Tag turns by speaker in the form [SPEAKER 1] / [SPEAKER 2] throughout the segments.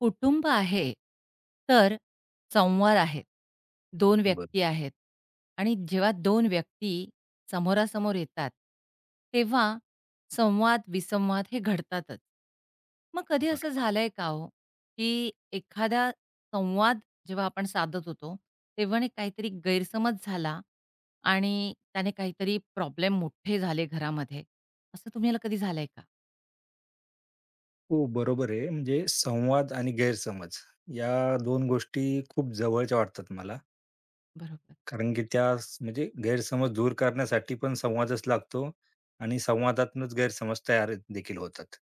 [SPEAKER 1] कुटुंब आहे, तर संवाद आहेत. दोन
[SPEAKER 2] बरोबर.
[SPEAKER 1] व्यक्ती आहेत आणि जेव्हा दोन व्यक्ती समोरासमोर येतात, तेव्हा संवाद-विसंवाद हे घडतातच. मग कधी असं झालंय का हो, की एखादा संवाद जेव्हा आपण साधत होतो, तेव्हा ना काहीतरी गैरसमज झाला आणि त्याने काहीतरी प्रॉब्लेम मोठे झाले घरामध्ये, असं तुम्हाला कधी झालंय का?
[SPEAKER 2] हो, बरोबर आहे. म्हणजे संवाद आणि गैरसमज या दोन गोष्टी खूप जवळच्या वाटतात मला.
[SPEAKER 1] बरोबर.
[SPEAKER 2] कारण की म्हणजे गैरसमज दूर करण्यासाठी पण संवादच लागतो आणि संवादातूनच गैरसमज तयार देखील होतात.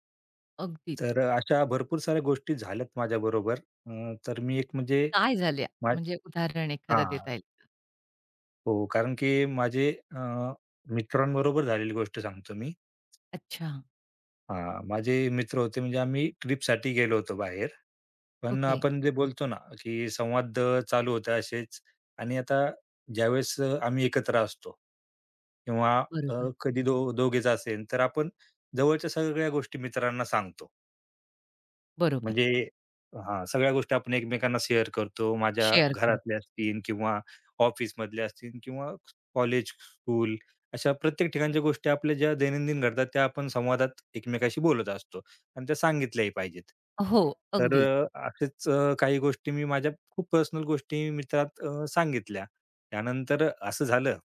[SPEAKER 1] अगदीच.
[SPEAKER 2] तर अशा भरपूर साऱ्या गोष्टी झाल्यात माझ्याबरोबर. तर मी एक म्हणजे
[SPEAKER 1] काय झाल्या?
[SPEAKER 2] मा
[SPEAKER 1] म्हणजे उदाहरण एखादं देता
[SPEAKER 2] हां.
[SPEAKER 1] येईल का?
[SPEAKER 2] हो, कारण की माझे अ, मित्रांबरोबर झालेली गोष्ट सांगतो मी.
[SPEAKER 1] अच्छा,
[SPEAKER 2] हां, माझे मित्र होते म्हणजे आम्ही ट्रिपसाठी गेलो होतो बाहेर. पण
[SPEAKER 1] ओके.
[SPEAKER 2] आपण जे बोलतो ना, की संवाद चालू होते असेच आणि आता ज्यावेळेस आम्ही एकत्र असतो किंवा अ,
[SPEAKER 1] बरोबर.
[SPEAKER 2] कधी दोघेच असेल, तर आपण जवळच्या सगळ्या गोष्टी मित्रांना सांगतो.
[SPEAKER 1] बरोबर.
[SPEAKER 2] म्हणजे हां, सगळ्या गोष्टी आपण एकमेकांना शेअर करतो. माझ्या
[SPEAKER 1] शेअर करू.
[SPEAKER 2] घरातल्या असतील किंवा ऑफिसमधल्या असतील किंवा कॉलेज, स्कूल अशा प्रत्येक ठिकाणच्या गोष्टी आपल्या ज्या दैनंदिन घडतात त्या आपण संवादात एकमेकाशी बोलत असतो आणि त्या सांगितल्याही पाहिजेत.
[SPEAKER 1] हो,
[SPEAKER 2] तर
[SPEAKER 1] अगदीच.
[SPEAKER 2] असेच काही गोष्टी मी माझ्या खूप पर्सनल गोष्टी मित्रात सांगितल्या. त्यानंतर असं झालं,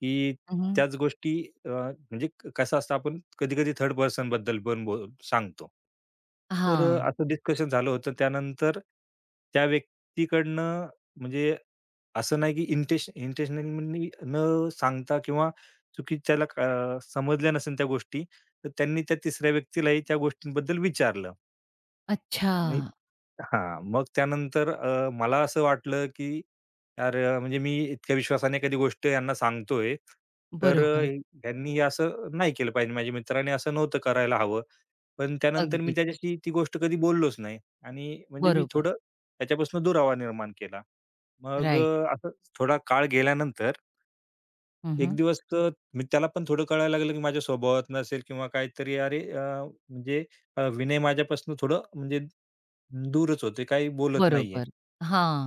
[SPEAKER 2] की
[SPEAKER 1] हं, हं.
[SPEAKER 2] त्याच गोष्टी म्हणजे कसं असतं आपण कधी-कधी थर्ड पर्सन बद्दल पण सांगतो. तर असं डिस्कशन झालं होतं. त्यानंतर त्या व्यक्तीकडनं म्हणजे असं नाही की इंटेन्शनली न सांगता किंवा चुकी त्याला समजल्या नसेल त्या गोष्टी, तर त्यांनी त्या तिसऱ्या व्यक्तीलाही त्या गोष्टींबद्दल विचारलं.
[SPEAKER 1] अच्छा.
[SPEAKER 2] हां, मग त्यानंतर मला असं वाटलं, की "अरे, म्हणजे मी इतक्या विश्वासाने एखादी गोष्ट यांना सांगतोय, तर
[SPEAKER 1] बरोबर.
[SPEAKER 2] ह्यांनी हे असं नाही केलं पाहिजे. माझ्या मित्राने असं नव्हतं करायला हवं." पण त्यानंतर मी
[SPEAKER 1] अगदीच.
[SPEAKER 2] त्याच्याशी ती गोष्ट कधी बोललोच नाही आणि म्हणजे मी
[SPEAKER 1] बरोबर.
[SPEAKER 2] थोडं त्याच्यापासून दुरावा निर्माण केला. मग
[SPEAKER 1] राइट.
[SPEAKER 2] असं थोडा काळ गेल्यानंतर
[SPEAKER 1] हं,
[SPEAKER 2] एक
[SPEAKER 1] हं.
[SPEAKER 2] दिवस मी त्याला पण थोडं कळायला लागलं, की माझ्या स्वभावात नसेल किंवा काहीतरी अरे, म्हणजे विनय माझ्यापासून थोडं म्हणजे दूरच होते, काही बोलत नाहीये.
[SPEAKER 1] बरोबर.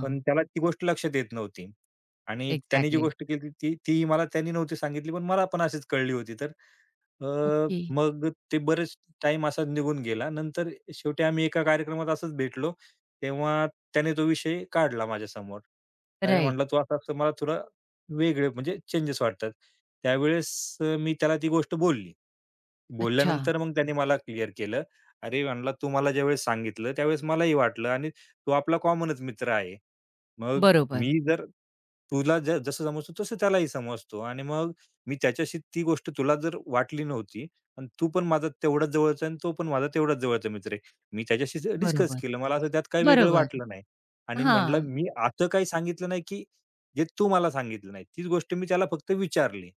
[SPEAKER 2] पण त्याला ती गोष्ट लक्षात येत नव्हती. आणि त्याने जी
[SPEAKER 1] एक्झॅक्टली.
[SPEAKER 2] गोष्ट केली ती ती मला त्याने नव्हती सांगितली, पण मला पण अशीच कळली होती. तर अ,
[SPEAKER 1] ओके.
[SPEAKER 2] मग ते बरेच टाइम असा निघून गेला. नंतर शेवटी आम्ही एका कार्यक्रमात असंच भेटलो, तेव्हा त्याने तो विषय काढला माझ्यासमोर. "अरे,"
[SPEAKER 1] राइट.
[SPEAKER 2] म्हटला, "तू असा-असा मला तुला वेगळे म्हणजे चेंजेस वाटतात." त्यावेळेस मी त्याला ती गोष्ट बोलली.
[SPEAKER 1] अच्छा.
[SPEAKER 2] बोलल्यानंतर मग त्याने मला क्लिअर केलं. अरे, म्हणला, "तू मला ज्यावेळेस सांगितलं त्यावेळेस मलाही वाटलं आणि तो आपला कॉमनच मित्र आहे. मग
[SPEAKER 1] बरोबर.
[SPEAKER 2] मी जर तुला जसं समजतो तसं त्यालाही समजतो आणि मग मी त्याच्याशी ती गोष्ट तुला जर वाटली नव्हती आणि तू पण माझा तेवढाच जवळचा आहे आणि तो पण माझा तेवढाच जवळचा मित्र आहे. मी त्याच्याशी डिस्कस
[SPEAKER 1] बरोबर.
[SPEAKER 2] केलं. मला असं त्यात काही वेगळं
[SPEAKER 1] बरोबर.
[SPEAKER 2] वाटलं नाही आणि म्हटलं
[SPEAKER 1] हां.
[SPEAKER 2] मी असं काही सांगितलं नाही, की जे तू मला सांगितलं नाही. तीच गोष्ट मी त्याला फक्त विचारली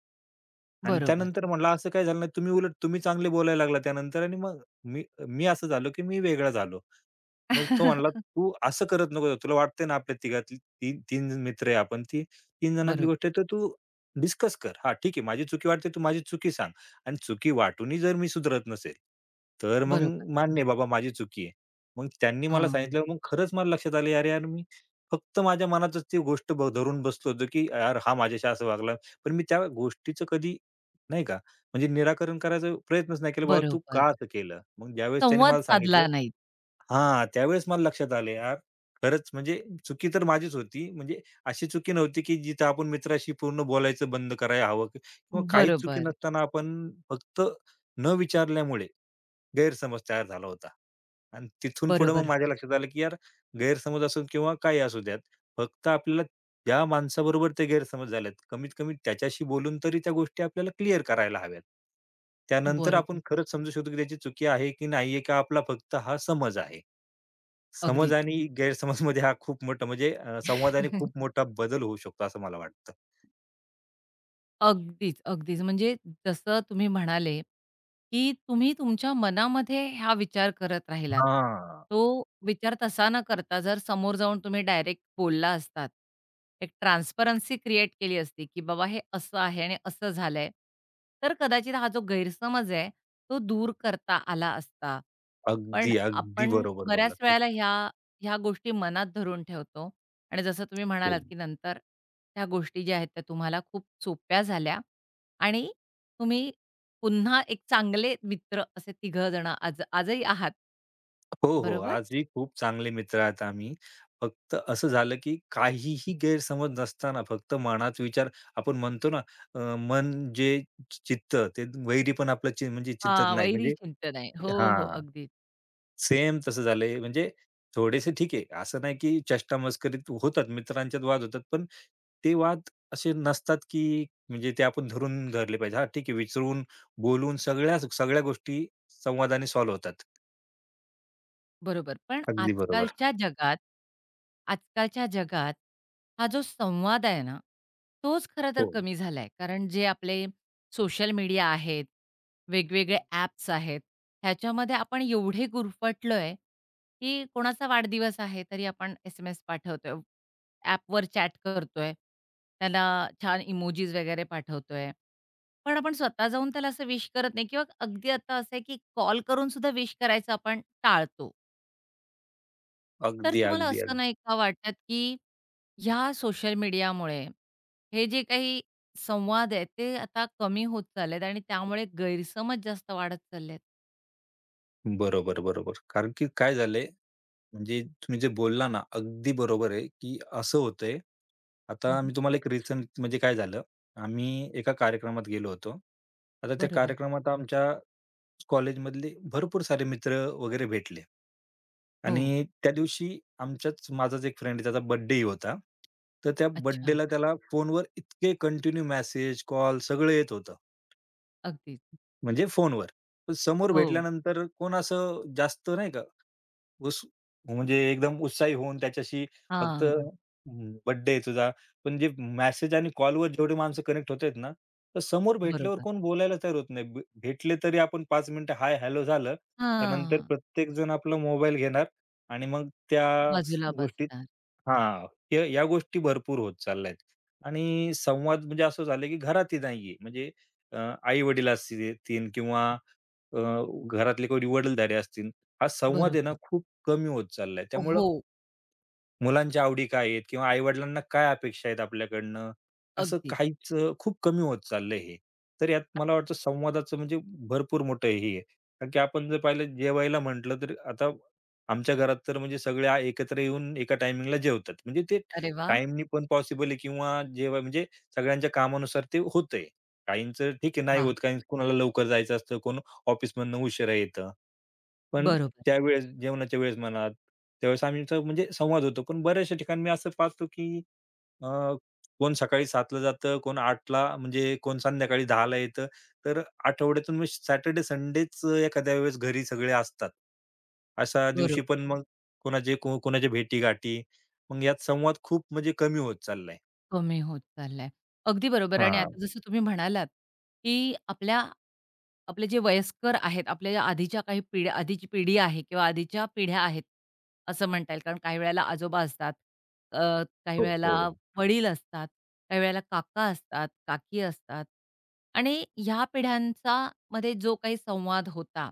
[SPEAKER 2] आणि
[SPEAKER 1] बरोबर.
[SPEAKER 2] त्यानंतर म्हटलं, असं काय झालं नाही. तुम्ही उलट तुम्ही चांगले बोलायला लागला त्यानंतर" आणि मग मी मी असं झालो, की मी वेगळा झालो. मग तो म्हणाला, "तू असं करत नको जाऊ. तुला वाटतंय ना आपल्या तिघातली 3 मित्र आहे आपण. ती 3 जणांतली
[SPEAKER 1] बरोबर.
[SPEAKER 2] गोष्ट आहे, तर तू डिस्कस कर. हां, ठीक आहे. माझी चुकी वाटते, तू माझी चुकी सांग आणि चुकी वाटूनही जर मी सुधरत नसेल, तर मग
[SPEAKER 1] बरोबर.
[SPEAKER 2] मान्य आहे बाबा माझी चुकी आहे." मग त्यांनी मला
[SPEAKER 1] हां.
[SPEAKER 2] सांगितलं, मग खरंच मला लक्षात आलं, "अरे यार, मी फक्त माझ्या मनातच ती गोष्ट धरून बसलो होतो, की यार हा माझ्याशी असं वागला." पण मी त्या गोष्टीचं कधी नाही का, म्हणजे निराकरण करायचा प्रयत्नच नाही केला, "बाबा तू
[SPEAKER 1] बरोबर.
[SPEAKER 2] का असं केलं?" मग ज्यावेळेस त्याने
[SPEAKER 1] संवाद
[SPEAKER 2] मला सांगितलं,
[SPEAKER 1] साधला नाही.
[SPEAKER 2] त्यावेळेस मला लक्षात आलं यार, खरंच म्हणजे चुकी तर माझीच होती. म्हणजे अशी चुकी नव्हती, की जिथं आपण मित्राशी पूर्ण बोलायचं बंद करायला हवं किंवा काहीच चुकी
[SPEAKER 1] बरोबर.
[SPEAKER 2] नसताना आपण फक्त न विचारल्यामुळे गैरसमज तयार झाला होता. आणि तिथून पुढे मग
[SPEAKER 1] बरोबर.
[SPEAKER 2] माझ्या लक्षात आलं, की यार गैरसमज असून किंवा काही असू द्यात, फक्त आपल्याला ज्या माणसाबरोबर ते गैरसमज झालेत, कमीत कमी त्याच्याशी बोलून तरी त्या गोष्टी आपल्याला क्लिअर करायला हव्यात. त्यानंतर
[SPEAKER 1] बरोबर.
[SPEAKER 2] आपण खरंच समजू शकतो, की त्याची चुकी आहे की नाही का आपला फक्त हा समज आहे. समज
[SPEAKER 1] अगदीच.
[SPEAKER 2] आणि गैरसमजमध्ये हा खूप मोठा म्हणजे संवादाने खूप मोठा बदल होऊ शकतो असं मला वाटतं.
[SPEAKER 1] अगदीच, अगदीच. म्हणजे जसं तुम्ही म्हणाले, की तुम्ही तुमच्या मनामध्ये हा विचार करत राहिलात.
[SPEAKER 2] हां.
[SPEAKER 1] तो विचार तसा न करता जर समोर जाऊन तुम्ही डायरेक्ट बोलला असतात, एक ट्रान्सपरन्सी क्रिएट केली असती, की बाबा हे असं आहे आणि असं झालंय, तर कदाचित हा जो गैरसमज आहे, तो दूर करता आला असता. पण
[SPEAKER 2] अगदी, अगदी
[SPEAKER 1] आपण
[SPEAKER 2] बरोबर
[SPEAKER 1] बऱ्याच
[SPEAKER 2] बोललात तर.
[SPEAKER 1] वेळेला ह्या ह्या गोष्टी मनात धरून ठेवतो आणि जसं तुम्ही म्हणालात, की नंतर त्या गोष्टी ज्या आहेत त्या तुम्हाला खूप सोप्या झाल्या आणि तुम्ही पुन्हा एक चांगले मित्र असे तिघं जण आजही आहात,
[SPEAKER 2] हो, हो.
[SPEAKER 1] बरोबर?
[SPEAKER 2] आजही खूप चांगले मित्र आहात आम्ही. फक्त असं झालं की काहीही गैरसमज नसताना फक्त मनात विचार आपण म्हणतो ना मन जे चित्त ते वैरी पण आपलं म्हणजे चिंतत
[SPEAKER 1] हां,
[SPEAKER 2] नाही
[SPEAKER 1] वैरी
[SPEAKER 2] म्हणजे
[SPEAKER 1] चिंतन आहे. हो, हो.
[SPEAKER 2] हां.
[SPEAKER 1] अगदीच.
[SPEAKER 2] सेम तसं झालंय. म्हणजे थोडेसे ठीक आहे, असं नाही की चेष्टा-मस्करीत होतात, मित्रांच्यात वाद होतात. पण ते वाद असे नसतात की म्हणजे ते आपण धरले पाहिजे. हां, ठीक आहे, विचारून, बोलून सगळ्या सगळ्या गोष्टी संवादाने सॉल्व्ह होतात.
[SPEAKER 1] बरोबर. पण हां.
[SPEAKER 2] अगदी बरोबर.
[SPEAKER 1] आजकालच्या जगात आजकालच्या जगात हा जो संवाद आहे ना, तोच खरं तर
[SPEAKER 2] हो.
[SPEAKER 1] कमी झालाय. कारण जे आपले सोशल मीडिया आहेत, वेगवेगळे ॲप्स आहेत, ह्याच्यामध्ये आपण एवढे गुरफटलोय, की कोणाचा वाढदिवस आहे तरी आपण एस-एम-एस पाठवतोय. ॲपवर चॅट करतोय. त्याला छान इमोजीज वगैरे पाठवतोय. पण आपण स्वतः जाऊन त्याला असं विश करत नाही किंवा अगदी आता असं आहे, की कॉल करून सुद्धा विश करायचं आपण टाळतो. तर
[SPEAKER 2] अगदी,
[SPEAKER 1] तुम्हाला
[SPEAKER 2] अगदी,
[SPEAKER 1] असं नाही
[SPEAKER 2] अगदी.
[SPEAKER 1] का वाटत, की ह्या सोशल मीडियामुळे हे जे काही संवाद आहेत, ते आता कमी होत चाललेत आणि त्यामुळे गैरसमज जास्त वाढत चाललेत?
[SPEAKER 2] बरोबर, बरोबर. कारण की काय झालंय, म्हणजे तुम्ही जे बोलला ना, अगदी बरोबर आहे, की असं होतंय. आता
[SPEAKER 1] हं,
[SPEAKER 2] मी तुम्हाला एक रिसेंट म्हणजे काय झालं, आम्ही एका कार्यक्रमात गेलो होतो. आता त्या
[SPEAKER 1] बरोबर.
[SPEAKER 2] कार्यक्रमात आमच्या कॉलेजमधले भरपूर सारे मित्र वगैरे भेटले
[SPEAKER 1] हो.
[SPEAKER 2] आणि त्या दिवशी आमच्याच माझाच एक फ्रेंड त्याचा बर्थडेही होता. तर त्या
[SPEAKER 1] अच्छा.
[SPEAKER 2] बर्थडेला त्याला फोनवर इतके कंटिन्यू मेसेज, कॉल सगळं येत होतं,
[SPEAKER 1] अगदीच.
[SPEAKER 2] म्हणजे फोनवर. पण समोर
[SPEAKER 1] हो.
[SPEAKER 2] भेटल्यानंतर कोण असं जास्त नाही का उस म्हणजे एकदम उत्साही होऊन त्याच्याशी फक्त
[SPEAKER 1] हां.
[SPEAKER 2] बर्थडे आहे तुझा. पण जे मेसेज आणि कॉलवर जेवढी माणसं कनेक्ट होत आहेत ना, तर समोर भेटल्यावर
[SPEAKER 1] बरोबर.
[SPEAKER 2] कोण बोलायला तयार होत नाही. भेटले तरी आपण 5 मिनिटं हाय, हॅलो झालं. त्यानंतर
[SPEAKER 1] हा,
[SPEAKER 2] प्रत्येकजण आपला मोबाईल घेणार आणि मग त्या
[SPEAKER 1] बाजूला
[SPEAKER 2] गोष्टीत
[SPEAKER 1] बसणार.
[SPEAKER 2] हां, या या गोष्टी भरपूर होत चालल्यात आणि संवाद म्हणजे असं झालं की घरातही नाहीये. म्हणजे अ, आई-वडील असतील किंवा अ, घरातले कोणी वडीलधारे असतील, हा संवाद आहे ना
[SPEAKER 1] बरोबर.
[SPEAKER 2] खूप कमी होत चाललाय. त्यामुळं
[SPEAKER 1] हो.
[SPEAKER 2] मुलांच्या आवडी काय आहेत किंवा आई-वडिलांना काय अपेक्षा आहेत आपल्याकडनं, असं
[SPEAKER 1] अगदीच.
[SPEAKER 2] काहीच खूप कमी होत चाललंय हे. तर यात मला वाटतं संवादाचं म्हणजे भरपूर मोठं हे आहे. कारण की आपण जर पाहिलं जेवायला म्हटलं तर आता आमच्या घरात तर म्हणजे सगळे एकत्र येऊन एका टायमिंगला जेवतात. म्हणजे ते
[SPEAKER 1] अरे वाह!
[SPEAKER 2] टाईमनी पण पॉसिबल आहे किंवा जेव्हा म्हणजे सगळ्यांच्या कामानुसार ते होतंय. काहींचं ठीक आहे नाही
[SPEAKER 1] वाह!
[SPEAKER 2] होत, काही कुणाला लवकर जायचं असतं, कोण ऑफिसमधनं उशिरा येतं. पण
[SPEAKER 1] बरोबर.
[SPEAKER 2] त्यावेळेस जेवणाच्या वेळेस म्हणा, त्यावेळेस आमचा म्हणजे संवाद होतो. पण बऱ्याचशा ठिकाणी मी असं पाहतो, की अ, कोण सकाळी 7:00 ला जातं, कोण 8:00 ला म्हणजे कोण संध्याकाळी 10:00 ला येतं. तर आठवड्यातून मग सॅटर्डे, संडेच एखाद्या वेळेस घरी सगळे असतात. अशा दिवशी
[SPEAKER 1] बरोबर.
[SPEAKER 2] पण मग कोणाचे कोणाच्या भेटी-गाठी. मग यात संवाद खूप म्हणजे कमी होत चाललाय.
[SPEAKER 1] कमी होत चाललाय. अगदी बरोबर आणि
[SPEAKER 2] हां.
[SPEAKER 1] आता जसं तुम्ही म्हणालात, की आपले जे वयस्कर आहेत, आपल्या ज्या आधीच्या काही पिढ्या आधीची पिढी आहे किंवा आधीच्या पिढ्या आहेत, असं म्हणता येईल. कारण काही वेळेला आजोबा असतात, अ, काही हो.
[SPEAKER 2] हो, हो.
[SPEAKER 1] वेळेला वडील असतात, काही वेळेला काका असतात, काकी असतात आणि ह्या पिढ्यांचा मध्ये जो काही संवाद होता,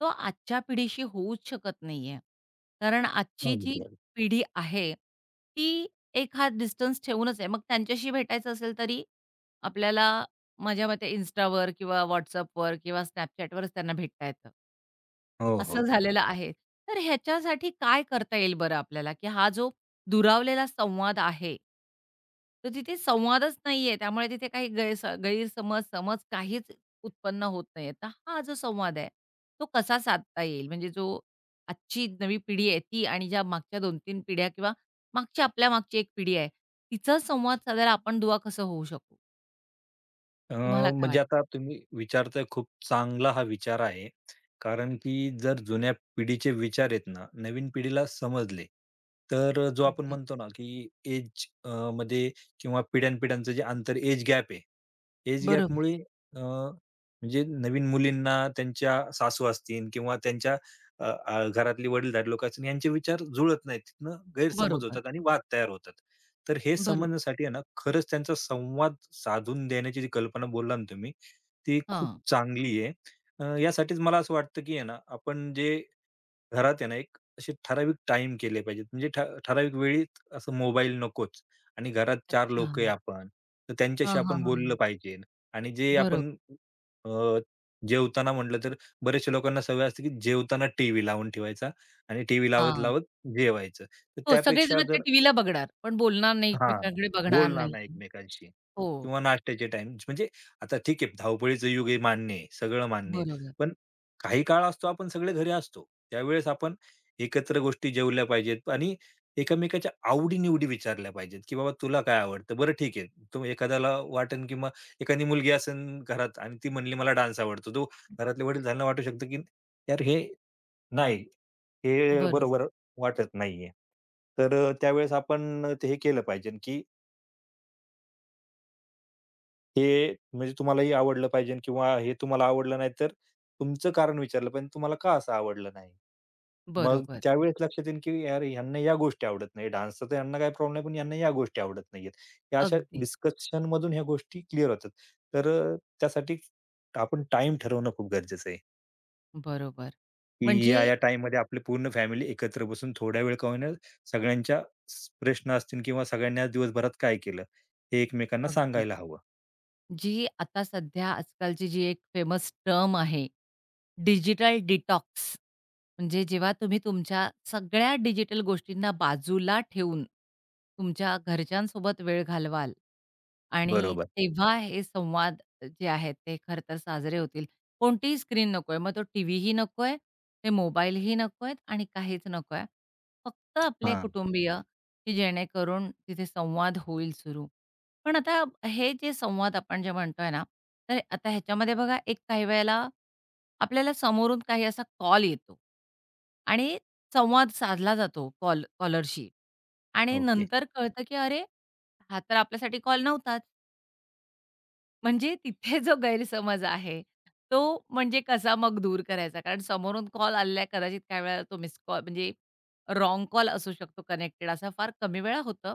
[SPEAKER 1] तो आजच्या पिढीशी होऊच शकत नाहीये. कारण आजची जी
[SPEAKER 2] अगदी, अगदी.
[SPEAKER 1] पिढी आहे, ती एक हा डिस्टन्स ठेवूनच आहे. मग त्यांच्याशी भेटायचं असेल तरी आपल्याला माझ्या मते Instaवर किंवा WhatsAppवर किंवा Snapchatवरच त्यांना भेटता येतं.
[SPEAKER 2] हो, हो,
[SPEAKER 1] असं
[SPEAKER 2] हो.
[SPEAKER 1] झालेलं आहे. तर ह्याच्यासाठी काय करता येईल बरं आपल्याला, की हा जो दुरावलेला संवाद आहे, तर तिथे संवादच नाहीये. त्यामुळे तिथे काही गैरसमज, समज काहीच उत्पन्न होत नाहीये. तर हा जो संवाद आहे, तो कसा साधता येईल? म्हणजे जो आजची नवी पिढी आहे ती आणि ज्या मागच्या 2-3 पिढ्या किंवा मागच्या आपल्या मागची एक पिढी आहे, तिचा संवाद साधायला आपण दुवा कसं होऊ शकू?
[SPEAKER 2] अ,
[SPEAKER 1] तुम्हाला काय
[SPEAKER 2] म्हणजे
[SPEAKER 1] वाटतं?
[SPEAKER 2] आता तुम्ही विचारताय खूप चांगला हा विचार आहे. कारण की जर जुन्या पिढीचे विचार आहेत ना, नवीन पिढीला समजले, तर जो आपण
[SPEAKER 1] अगदीच.
[SPEAKER 2] म्हणतो ना, की एज मध्ये किंवा पिढ्यान-पिढ्यांचं जे आंतर एज गॅप आहे एज
[SPEAKER 1] बरोबर,
[SPEAKER 2] गॅपमुळे म्हणजे नवीन मुलींना त्यांच्या सासू असतील किंवा त्यांच्या अ, अ, घरातली वडीलधारी लोकं असतील यांचे विचार जुळत नाहीत. तिथनं गैरसमज
[SPEAKER 1] बरोबर,
[SPEAKER 2] होतात आणि वाद तयार होतात. तर हे
[SPEAKER 1] बरोबर.
[SPEAKER 2] समजण्यासाठी आहे ना, खरंच त्यांचा संवाद साधून देण्याची जी कल्पना बोलला ना तुम्ही, ती खूप
[SPEAKER 1] हां.
[SPEAKER 2] चांगली आहे. यासाठीच मला असं वाटतं, की आहे ना, आपण जे घरात आहे ना, एक असे ठराविक टाईम केले पाहिजेत. म्हणजे ठराविक वेळीत असं मोबाईल नकोच आणि घरात चार
[SPEAKER 1] अच्छा.
[SPEAKER 2] लोक आहे आपण, तर
[SPEAKER 1] हां,
[SPEAKER 2] त्यांच्याशी
[SPEAKER 1] हां,
[SPEAKER 2] आपण
[SPEAKER 1] हां.
[SPEAKER 2] बोललं पाहिजे आणि जे
[SPEAKER 1] बरोबर.
[SPEAKER 2] आपण अ, जेवताना म्हटलं तर बऱ्याचशा लोकांना सवय असते, की जेवताना टीव्ही लावून ठेवायचा आणि टीव्ही
[SPEAKER 1] हां.
[SPEAKER 2] लावत-लावत जेवायचं. तर
[SPEAKER 1] हो,
[SPEAKER 2] त्यापेक्षा
[SPEAKER 1] सगळेजण त्या
[SPEAKER 2] जर
[SPEAKER 1] टीव्हीला बघणार, पण बोलणार नाही,
[SPEAKER 2] हां,
[SPEAKER 1] एकमेकांकडे बघणार
[SPEAKER 2] बोलणार नाही
[SPEAKER 1] नाही.
[SPEAKER 2] एकमेकांशी
[SPEAKER 1] हो,
[SPEAKER 2] किंवा नाश्त्याचे टाइम, म्हणजे आता ठीक आहे, धावपळीचं युग आहे मान्य आहे, सगळं मान्य आहे.
[SPEAKER 1] बरोबर,
[SPEAKER 2] पण काही काळ असतो आपण सगळे घरी असतो. त्यावेळेस आपण एकत्र गोष्टी जेवल्या पाहिजेत आणि एकमेकाच्या आवडी-निवडी विचारल्या पाहिजेत, की "बाबा तुला काय आवडतं?" बरं ठीक आहे, तो एखाद्याला वाटेल किंवा एखादी मुलगी असेल घरात आणि ती म्हणली "मला डान्स आवडतो." तो घरातले वडील त्यांना वाटू शकतं, की "यार हे नाही. हे
[SPEAKER 1] बरोबर,
[SPEAKER 2] बरोबर वाटत नाहीये. तर त्यावेळेस आपण ते हे केलं पाहिजे, की हे म्हणजे तुम्हालाही आवडलं पाहिजे किंवा हे तुम्हाला आवडलं नाही, तर तुमचं कारण विचारलं पाहिजे, तुम्हाला का असं आवडलं नाही? मग
[SPEAKER 1] बरोबर.
[SPEAKER 2] त्यावेळेस लक्षात येईल, की यार ह्यांना या गोष्टी आवडत नाही. डान्सचा तर ह्यांना काही प्रॉब्लेम नाही, पण ह्यांना या गोष्टी आवडत नाहीयेत. या अशा
[SPEAKER 1] अगदीच,
[SPEAKER 2] डिस्कशनमधून ह्या गोष्टी क्लिअर होतात. तर त्यासाठी आपण टाईम ठरवणं खूप गरजेचं आहे.
[SPEAKER 1] बरोबर.
[SPEAKER 2] की
[SPEAKER 1] म्हणजे
[SPEAKER 2] या-या टाईममध्ये आपली पूर्ण फॅमिली एकत्र बसून थोड्या वेळ का होईना सगळ्यांच्या प्रश्न असतील किंवा सगळ्यांनी आज दिवसभरात काय केलं, हे एकमेकांना
[SPEAKER 1] अगदी
[SPEAKER 2] सांगायला हवं.
[SPEAKER 1] जी आता सध्या आजकालची जी एक फेमस टर्म आहे, डिजिटल डिटॉक्स. म्हणजे जेव्हा तुम्ही तुमच्या सगळ्या डिजिटल गोष्टींना बाजूला ठेवून, तुमच्या घरच्यांसोबत वेळ घालवाल आणि
[SPEAKER 2] बरोबर.
[SPEAKER 1] तेव्हा हे संवाद जे आहेत ते खरं तर साजरे होतील. कोणतीही स्क्रीन नको आहे. मग तो टीव्हीही नको आहे, ते मोबाईलही नको आहेत आणि काहीच नको फक्त आपले
[SPEAKER 2] हां.
[SPEAKER 1] कुटुंबीय, की जेणेकरून तिथे संवाद होईल सुरू. पण आता हे जे संवाद आपण जे म्हणतोय ना, तर आता ह्याच्यामध्ये बघा एक काही वेळेला आपल्याला समोरून काही असा कॉल येतो आणि संवाद साधला जातो कॉलरशी आणि
[SPEAKER 2] ओके.
[SPEAKER 1] नंतर कळतं की अरे, हा तर आपल्यासाठी कॉल नव्हताच. म्हणजे तिथे जो गैरसमज आहे, तो म्हणजे कसा मग दूर करायचा? कारण समोरून कॉल आलेला आहे, कदाचित काही वेळेला तो मिस कॉल म्हणजे रॉन्ग कॉल असू शकतो कनेक्टेड असा फार कमी वेळा होतं.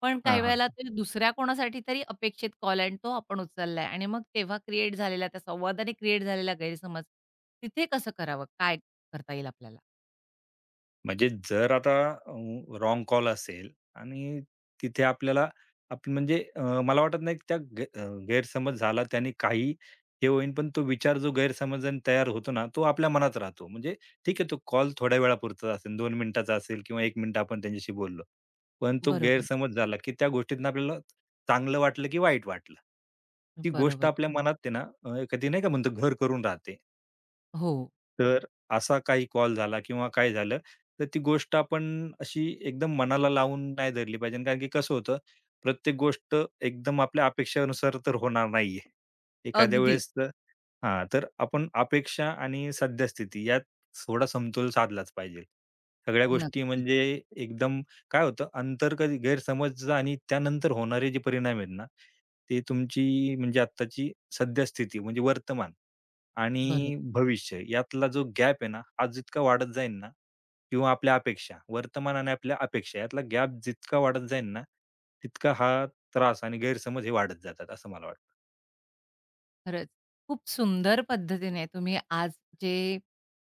[SPEAKER 1] पण काही
[SPEAKER 2] हां, हां.
[SPEAKER 1] वेळेला ते दुसऱ्या कोणासाठी तरी अपेक्षित कॉल आणि तो आपण उचलला आणि मग तेव्हा क्रिएट झालेला त्या संवादाने क्रिएट झालेला गैरसमज, तिथे कसं करावं? काय करता येईल आपल्याला?
[SPEAKER 2] म्हणजे जर आता रॉन्ग कॉल असेल आणि तिथे आपल्याला आपण म्हणजे मला वाटत नाही की त्या गैरसमज झाला त्याने काही हे होईन, पण तो विचार जो गैरसमजाने तयार होतो ना, तो आपल्या मनात राहतो. म्हणजे ठीक आहे, तो कॉल थोड्या वेळापुरता असेल, 2 मिनिटाचा असेल किंवा 1 मिनिट आपण त्यांच्याशी बोललो. पण तो
[SPEAKER 1] बरोबर,
[SPEAKER 2] गैरसमज झाला की त्या गोष्टीतनं आपल्याला चांगलं वाटलं की वाईट वाटलं. ती गोष्ट
[SPEAKER 1] बरोबर.
[SPEAKER 2] आपल्या मनात आहे ना, कधी नाही का म्हणतो घर करून राहते.
[SPEAKER 1] हो,
[SPEAKER 2] तर असा काही कॉल झाला किंवा काय झालं, तर ती गोष्ट आपण अशी एकदम मनाला लावून नाही धरली पाहिजे. कारण की कसं होतं, प्रत्येक गोष्ट एकदम आपल्या अपेक्षेनुसार तर होणार नाहीये. एखाद्या
[SPEAKER 1] अगदी.
[SPEAKER 2] वेळेस तर हां, तर आपण अपेक्षा आणि सद्यस्थिती यात थोडा समतोल साधलाच पाहिजे. सगळ्या गोष्टी
[SPEAKER 1] नक्कीच.
[SPEAKER 2] म्हणजे एकदम काय होतं अंतर कधी गैरसमज आणि त्यानंतर होणारे जे परिणाम आहेत ना, ते तुमची म्हणजे आत्ताची सद्यस्थिती म्हणजे वर्तमान
[SPEAKER 1] बरोबर.
[SPEAKER 2] आणि भविष्य यातला जो गॅप आहे ना, हा जितका वाढत जाईल ना किंवा आपल्या अपेक्षा, वर्तमान आणि आपल्या अपेक्षा यातला गॅप जितका वाढत जाईल ना, तितका हा त्रास आणि गैरसमज हे वाढत जातात, असं मला वाटतं.
[SPEAKER 1] खरंच. खूप सुंदर पद्धतीने तुम्ही आज जे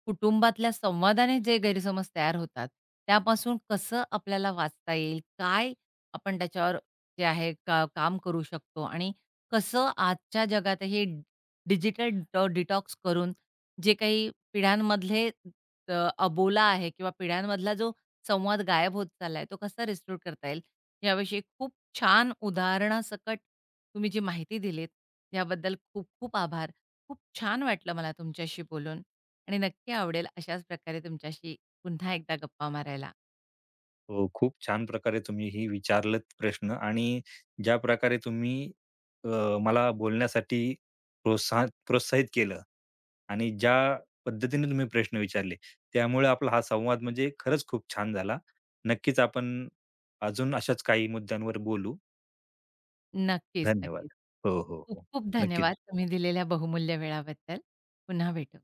[SPEAKER 1] कुटुंबातल्या संवादाने जे गैरसमज तयार होतात, त्यापासून कसं आपल्याला वाचता येईल? काय आपण त्याच्यावर जे आहे का काम करू शकतो? आणि कसं आजच्या जगातही डिजिटल डिटॉक्स करून जे काही पिढ्यांमधले अबोला आहे किंवा पिढ्यांमधला जो संवाद गायब होत चाललाय, तो कसा रिस्टोर करता येईल? याविषयी खूप छान उदाहरणासकट तुम्ही जी माहिती दिलीत याबद्दल खूप-खूप आभार. खूप छान वाटलं मला तुमच्याशी बोलून आणि नक्की आवडेल अशाच प्रकारे तुमच्याशी पुन्हा एकदा गप्पा मारायला.
[SPEAKER 2] हो, खूप छान प्रकारे तुम्ही ही विचारलत प्रश्न आणि ज्या प्रकारे तुम्ही अ, मला बोलण्यासाठी प्रोत्साहित केलं आणि ज्या पद्धतीने तुम्ही प्रश्न विचारले, त्यामुळे आपला हा संवाद म्हणजे खरंच खूप छान झाला. नक्कीच आपण अजून अशाच काही मुद्द्यांवर बोलू.
[SPEAKER 1] नक्कीच,
[SPEAKER 2] धन्यवाद.
[SPEAKER 1] नक्कीच.
[SPEAKER 2] हो, हो, हो.
[SPEAKER 1] खूप-खूप धन्यवाद
[SPEAKER 2] नक्कीच.
[SPEAKER 1] तुम्ही दिलेल्या बहुमूल्य वेळाबद्दल. पुन्हा भेटू.